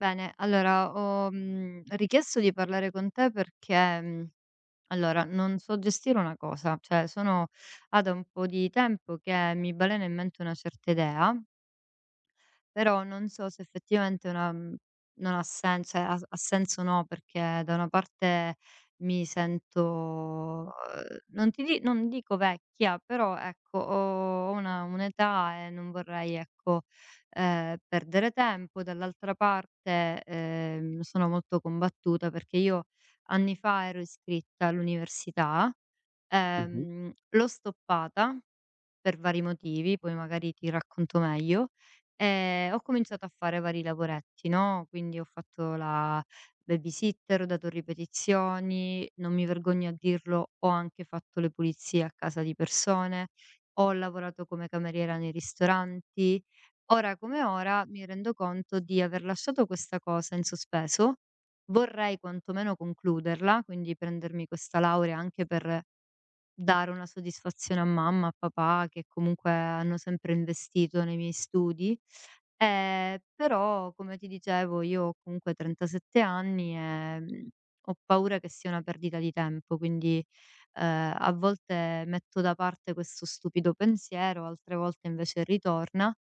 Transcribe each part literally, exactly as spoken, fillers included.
Bene, allora ho, mhmm, richiesto di parlare con te perché, mhmm, allora non so gestire una cosa, cioè sono ah, da un po' di tempo che mi balena in mente una certa idea, però non so se effettivamente una mhmm, non ha sen cioè ha ha senso o no, perché da una parte mi sento, uhm, non ti di non dico vecchia, però ecco ho ho una un'età e non vorrei, ecco, ehm, perdere tempo. Dall'altra parte, ehm, sono molto combattuta perché io anni fa ero iscritta all'università, Mh-mh, ehm, l'ho stoppata per vari motivi, poi magari ti racconto meglio. Ehm, ho cominciato a fare vari lavoretti, no, quindi ho fatto la babysitter, ho dato ripetizioni, non mi vergogno a dirlo, ho anche fatto le pulizie a casa di persone, ho lavorato come cameriera nei ristoranti. Ora come ora mi rendo conto di aver lasciato questa cosa in sospeso, vorrei quantomeno concluderla, quindi prendermi questa laurea anche per dare una soddisfazione a mamma, a papà, che comunque hanno sempre investito nei miei studi. Ehm, però come ti dicevo io ho comunque trentasette anni e, mhmm, ho paura che sia una perdita di tempo, quindi, ehm, a volte metto da parte questo stupido pensiero, altre volte invece ritorna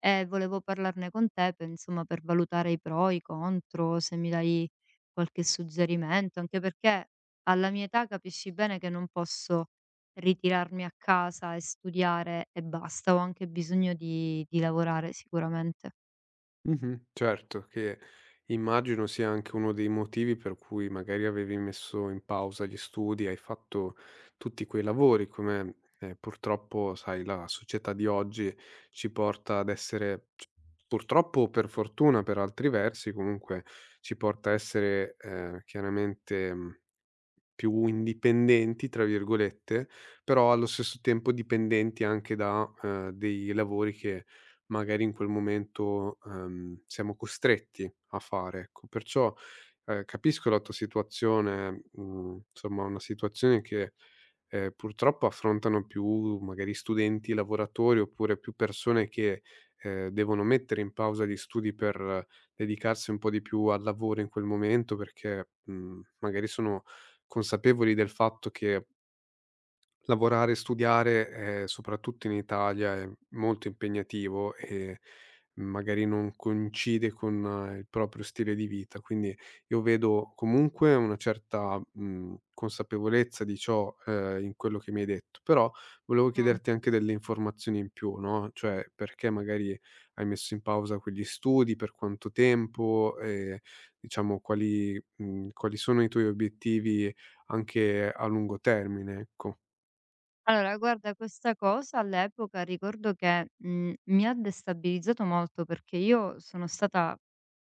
e volevo parlarne con te pe insomma, per valutare i pro, i contro, se mi dai qualche suggerimento, anche perché alla mia età capisci bene che non posso ritirarmi a casa e studiare e basta, ho anche bisogno di di lavorare sicuramente. mh-mh. Certo, che immagino sia anche uno dei motivi per cui magari avevi messo in pausa gli studi, hai fatto tutti quei lavori, come, ehm, purtroppo sai la società di oggi ci porta ad essere c purtroppo o per fortuna per altri versi, comunque ci porta a essere, ehm, chiaramente, mhmm più "indipendenti" tra virgolette, però allo stesso tempo dipendenti anche da, ehm, dei lavori che magari in quel momento, ehm, siamo costretti a fare, ecco. Perciò, ehm, capisco la tua situazione, mhmm, insomma una situazione che, ehm, purtroppo affrontano più magari studenti, lavoratori oppure più persone che, ehm, devono mettere in pausa gli studi per eh, dedicarsi un po' di più al lavoro in quel momento perché, mhmm, magari sono consapevoli del fatto che lavorare e studiare, ehm, soprattutto in Italia è molto impegnativo e magari non coincide con eh, il proprio stile di vita. Quindi io vedo comunque una certa, mhmm, consapevolezza di ciò, ehm, in quello che mi hai detto, però volevo Mh. chiederti anche delle informazioni in più, no, cioè perché magari hai messo in pausa quegli studi, per quanto tempo, ehm, diciamo quali mhmm, quali sono i tuoi obiettivi anche a lungo termine, ecco. Allora, guarda, questa cosa all'epoca ricordo che, mhmm, mi ha destabilizzato molto perché io sono stata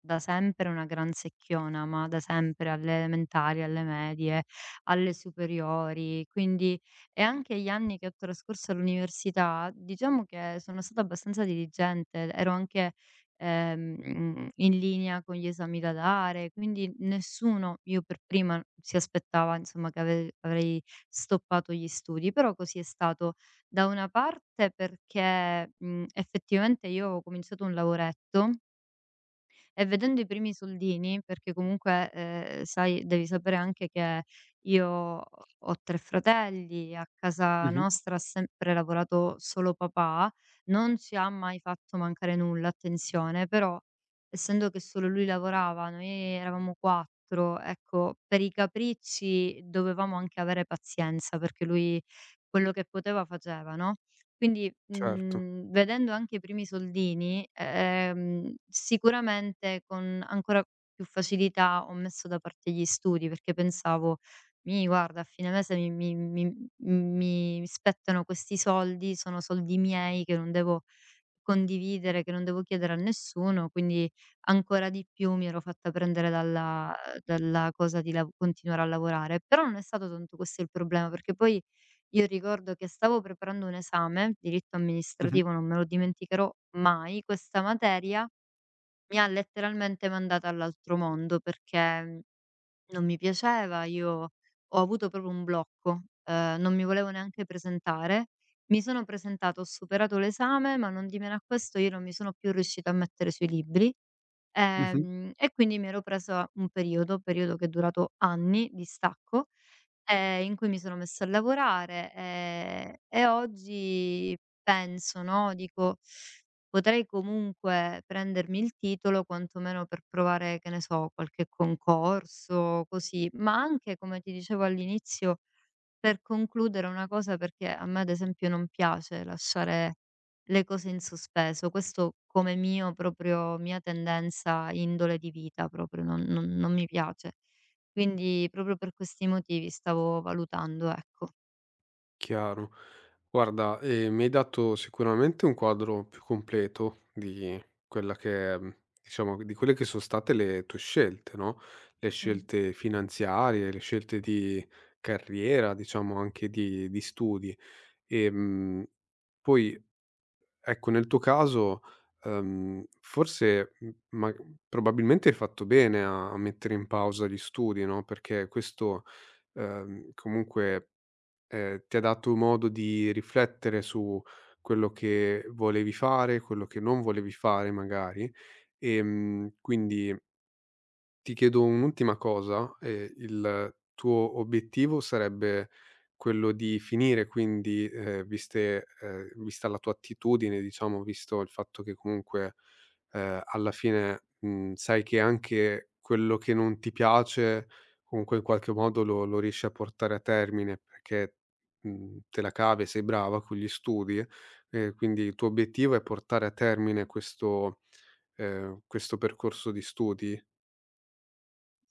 da sempre una gran secchiona, ma da sempre, alle elementari, alle medie, alle superiori, quindi e anche gli anni che ho trascorso all'università, diciamo che sono stata abbastanza diligente, ero anche, ehm, in linea con gli esami da dare, quindi nessuno, io per prima, si aspettava insomma che ave avrei stoppato gli studi, però così è stato da una parte perché, mhmm, effettivamente io avevo cominciato un lavoretto e vedendo i primi soldini, perché comunque, ehm, sai devi sapere anche che io ho tre fratelli, a casa Mh-mh. nostra ha sempre lavorato solo papà, non ci ha mai fatto mancare nulla, attenzione, però essendo che solo lui lavorava, noi eravamo quattro, ecco, per i capricci dovevamo anche avere pazienza, perché lui quello che poteva faceva, no? Quindi, Certo. mhmm, vedendo anche i primi soldini, ehm, sicuramente con ancora più facilità ho messo da parte gli studi, perché pensavo: "Mì guarda, a fine mese mi mi mi mi spettano questi soldi, sono soldi miei che non devo condividere, che non devo chiedere a nessuno, quindi ancora di più mi ero fatta prendere dalla dalla cosa di lav continuare a lavorare". Però non è stato tanto questo il problema, perché poi io ricordo che stavo preparando un esame, diritto Mh-mh, amministrativo, non me lo dimenticherò mai, questa materia mi ha letteralmente mandata all'altro mondo perché mhmm, non mi piaceva, io ho avuto proprio un blocco, ehm, non mi volevo neanche presentare. Mi sono presentata, ho superato l'esame, ma non di meno a questo io non mi sono più riuscita a mettere sui libri. mh-mh. Ehm, e quindi mi ero presa un periodo, periodo che è durato anni di stacco, ehm, in cui mi sono messa a lavorare, ehm, e oggi penso, no, dico: "Potrei comunque prendermi il titolo quantomeno per provare, che ne so, qualche concorso, così". Ma anche, come ti dicevo all'inizio, per concludere una cosa, perché a me ad esempio non piace lasciare le cose in sospeso. Questo come mio proprio mia tendenza, indole di vita proprio, non non non mi piace. Quindi proprio per questi motivi stavo valutando, ecco. Chiaro. Guarda, ehm, mi hai dato sicuramente un quadro più completo di quella che è, mhmm, diciamo di quelle che son state le tue scelte, no, le Mh. scelte finanziarie, le scelte di carriera, diciamo anche di di studi. Ehm, poi ecco, nel tuo caso, ehm, forse, mhmm, ma probabilmente hai fatto bene a a mettere in pausa gli studi, no, perché questo, ehm, comunque, ehm, ti ha dato modo di riflettere su quello che volevi fare, quello che non volevi fare magari, ehm, quindi ti chiedo un'ultima cosa, ehm, il tuo obiettivo sarebbe quello di finire quindi, ehm, viste ehm, vista la tua attitudine, diciamo, visto il fatto che comunque, ehm, alla fine, mhmm, sai che anche quello che non ti piace comunque in qualche modo lo lo riesci a portare a termine perché, mhmm, te la cavi e sei brava con gli studi, ehm, quindi il tuo obiettivo è portare a termine questo ehm, questo percorso di studi?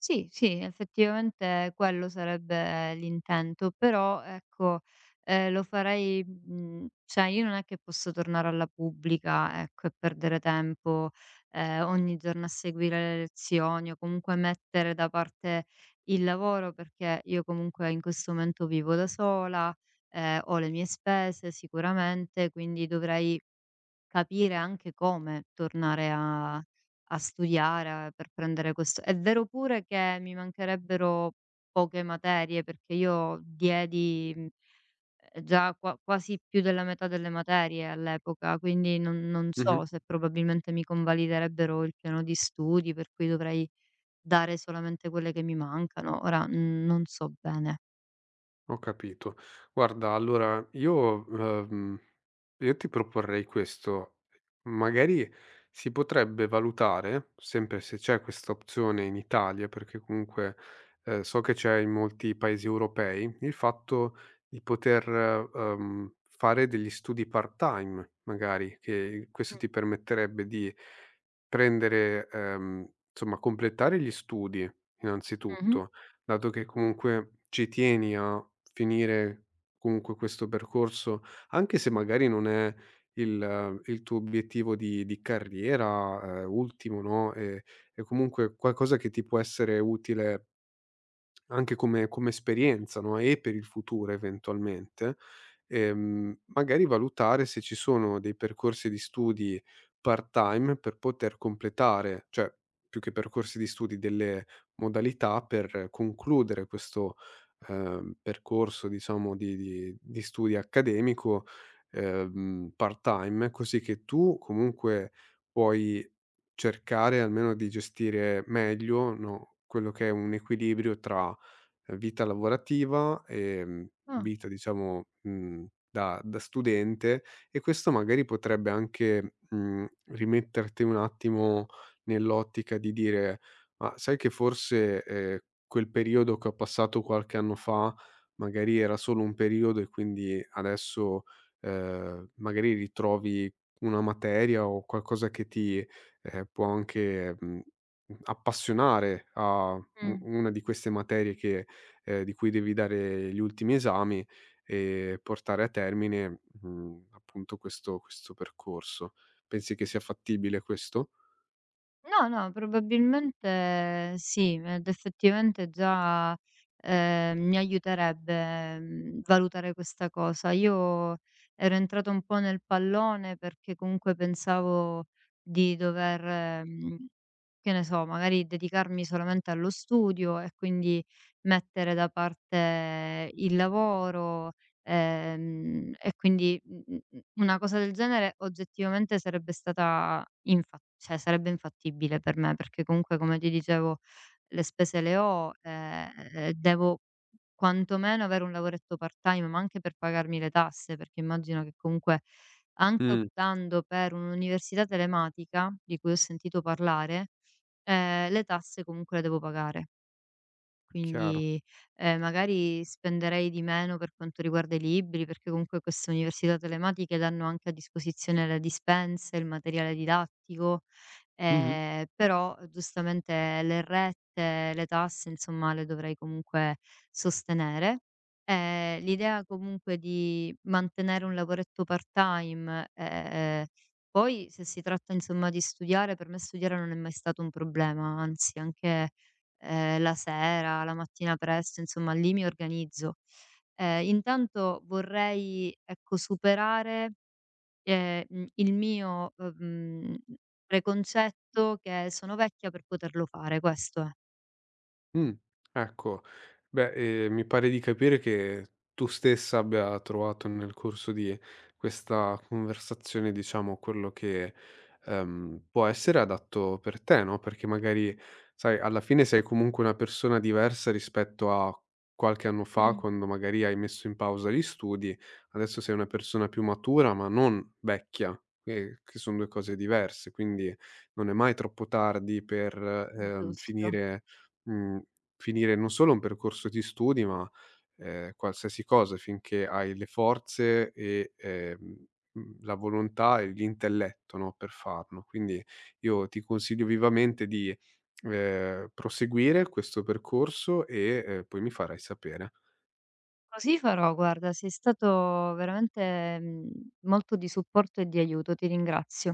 Sì, sì, effettivamente quello sarebbe l'intento, però ecco, ehm, lo farei, mhmm, cioè io non è che posso tornare alla pubblica, ecco, e perdere tempo, ehm, ogni giorno a seguire le lezioni o comunque mettere da parte il lavoro, perché io comunque in questo momento vivo da sola, ehm, ho le mie spese sicuramente, quindi dovrei capire anche come tornare a a studiare a- per prendere questo. È vero pure che mi mancherebbero poche materie, perché io diedi, mhmm, ehm, già qua quasi più della metà delle materie all'epoca, quindi non non Mh-mh. so se probabilmente mi convaliderebbero il piano di studi, per cui dovrei dare solamente quelle che mi mancano. Ora, mhmm, non so bene. Ho capito. Guarda, allora io, ehm, io ti proporrei questo. Magari si potrebbe valutare, sempre se c'è questa opzione in Italia, perché comunque eh, so che c'è in molti paesi europei, il fatto di poter ehm, fare degli studi part-time, magari, che questo Mh. ti permetterebbe di prendere, ehm, insomma, completare gli studi Mh-mh. innanzitutto dato che comunque ci tieni a finire comunque questo percorso, anche se magari non è il eh, il tuo obiettivo di di carriera, ehm, ultimo, no, ehm, è comunque qualcosa che ti può essere utile anche come come esperienza, no, e per il futuro eventualmente, ehm, magari valutare se ci sono dei percorsi di studi part-time per poter completare cioè più che percorsi di studi, delle modalità per concludere questo, ehm, percorso diciamo di di di studi accademico, ehm, part-time, così che tu comunque puoi cercare almeno di gestire meglio, no, quello che è un equilibrio tra vita lavorativa, ehm, Ah. vita diciamo, mhmm, da da studente e questo magari potrebbe anche, mhmm, rimetterti un attimo nell'ottica di dire: "Ma sai che forse, ehm, quel periodo che ho passato qualche anno fa, magari era solo un periodo e quindi adesso, ehm, magari ritrovi una materia o qualcosa che ti, ehm, può anche, mhmm, appassionare a u Mh. una di queste materie che ehm, di cui devi dare gli ultimi esami e portare a termine, mhmm, appunto questo questo percorso. Pensi che sia fattibile questo? No, no, probabilmente sì, ed effettivamente già, ehm, mi aiuterebbe, mhmm, valutare questa cosa. Io ero entrata un po' nel pallone perché comunque pensavo di dover, mhmm, che ne so, magari dedicarmi solamente allo studio e quindi mettere da parte il lavoro. Ehm, e quindi, mhmm, mh-mh, una cosa del genere oggettivamente sarebbe stata infa cioè sarebbe infattibile per me, perché comunque come ti dicevo le spese le ho, ehm, e devo quantomeno avere un lavoretto part-time, ma anche per pagarmi le tasse, perché immagino che comunque anche Mh, optando per un'università telematica, di cui ho sentito parlare, ehm, le tasse comunque le devo pagare. chiaro. Quindi, ehm, magari spenderei di meno per quanto riguarda i libri, perché comunque queste università telematiche danno anche a disposizione le dispense, il materiale didattico, Mh-mh. ehm, però giustamente le rette, le tasse, insomma, le dovrei comunque sostenere. Ehm, l'idea comunque di mantenere un lavoretto part-time, ehm, poi se si tratta, insomma, di studiare, per me studiare non è mai stato un problema, anzi anche, ehm, la sera, la mattina presto, insomma lì mi organizzo. Ehm, intanto vorrei, ecco, superare, ehm, mhmm, il mio, uhm, preconcetto che sono vecchia per poterlo fare, questo è. Mh, ecco. Beh, ehm, mi pare di capire che tu stessa abbia trovato nel corso di questa conversazione, diciamo, quello che, ehm, può essere adatto per te, no, perché magari, sai, alla fine sei comunque una persona diversa rispetto a qualche anno fa, Mh. quando magari hai messo in pausa gli studi. Adesso sei una persona più matura, ma non vecchia, che che son due cose diverse, quindi non è mai troppo tardi per, ehm, Giusto. finire Mhmm, finire non solo un percorso di studi, ma, ehm, qualsiasi cosa finché hai le forze e, ehm, mhmm, la volontà e l'intelletto, no, per farlo. Quindi io ti consiglio vivamente di, ehm, proseguire questo percorso e, ehm, poi mi farai sapere. Così farò, guarda, sei stato veramente, mhmm, molto di supporto e di aiuto, ti ringrazio.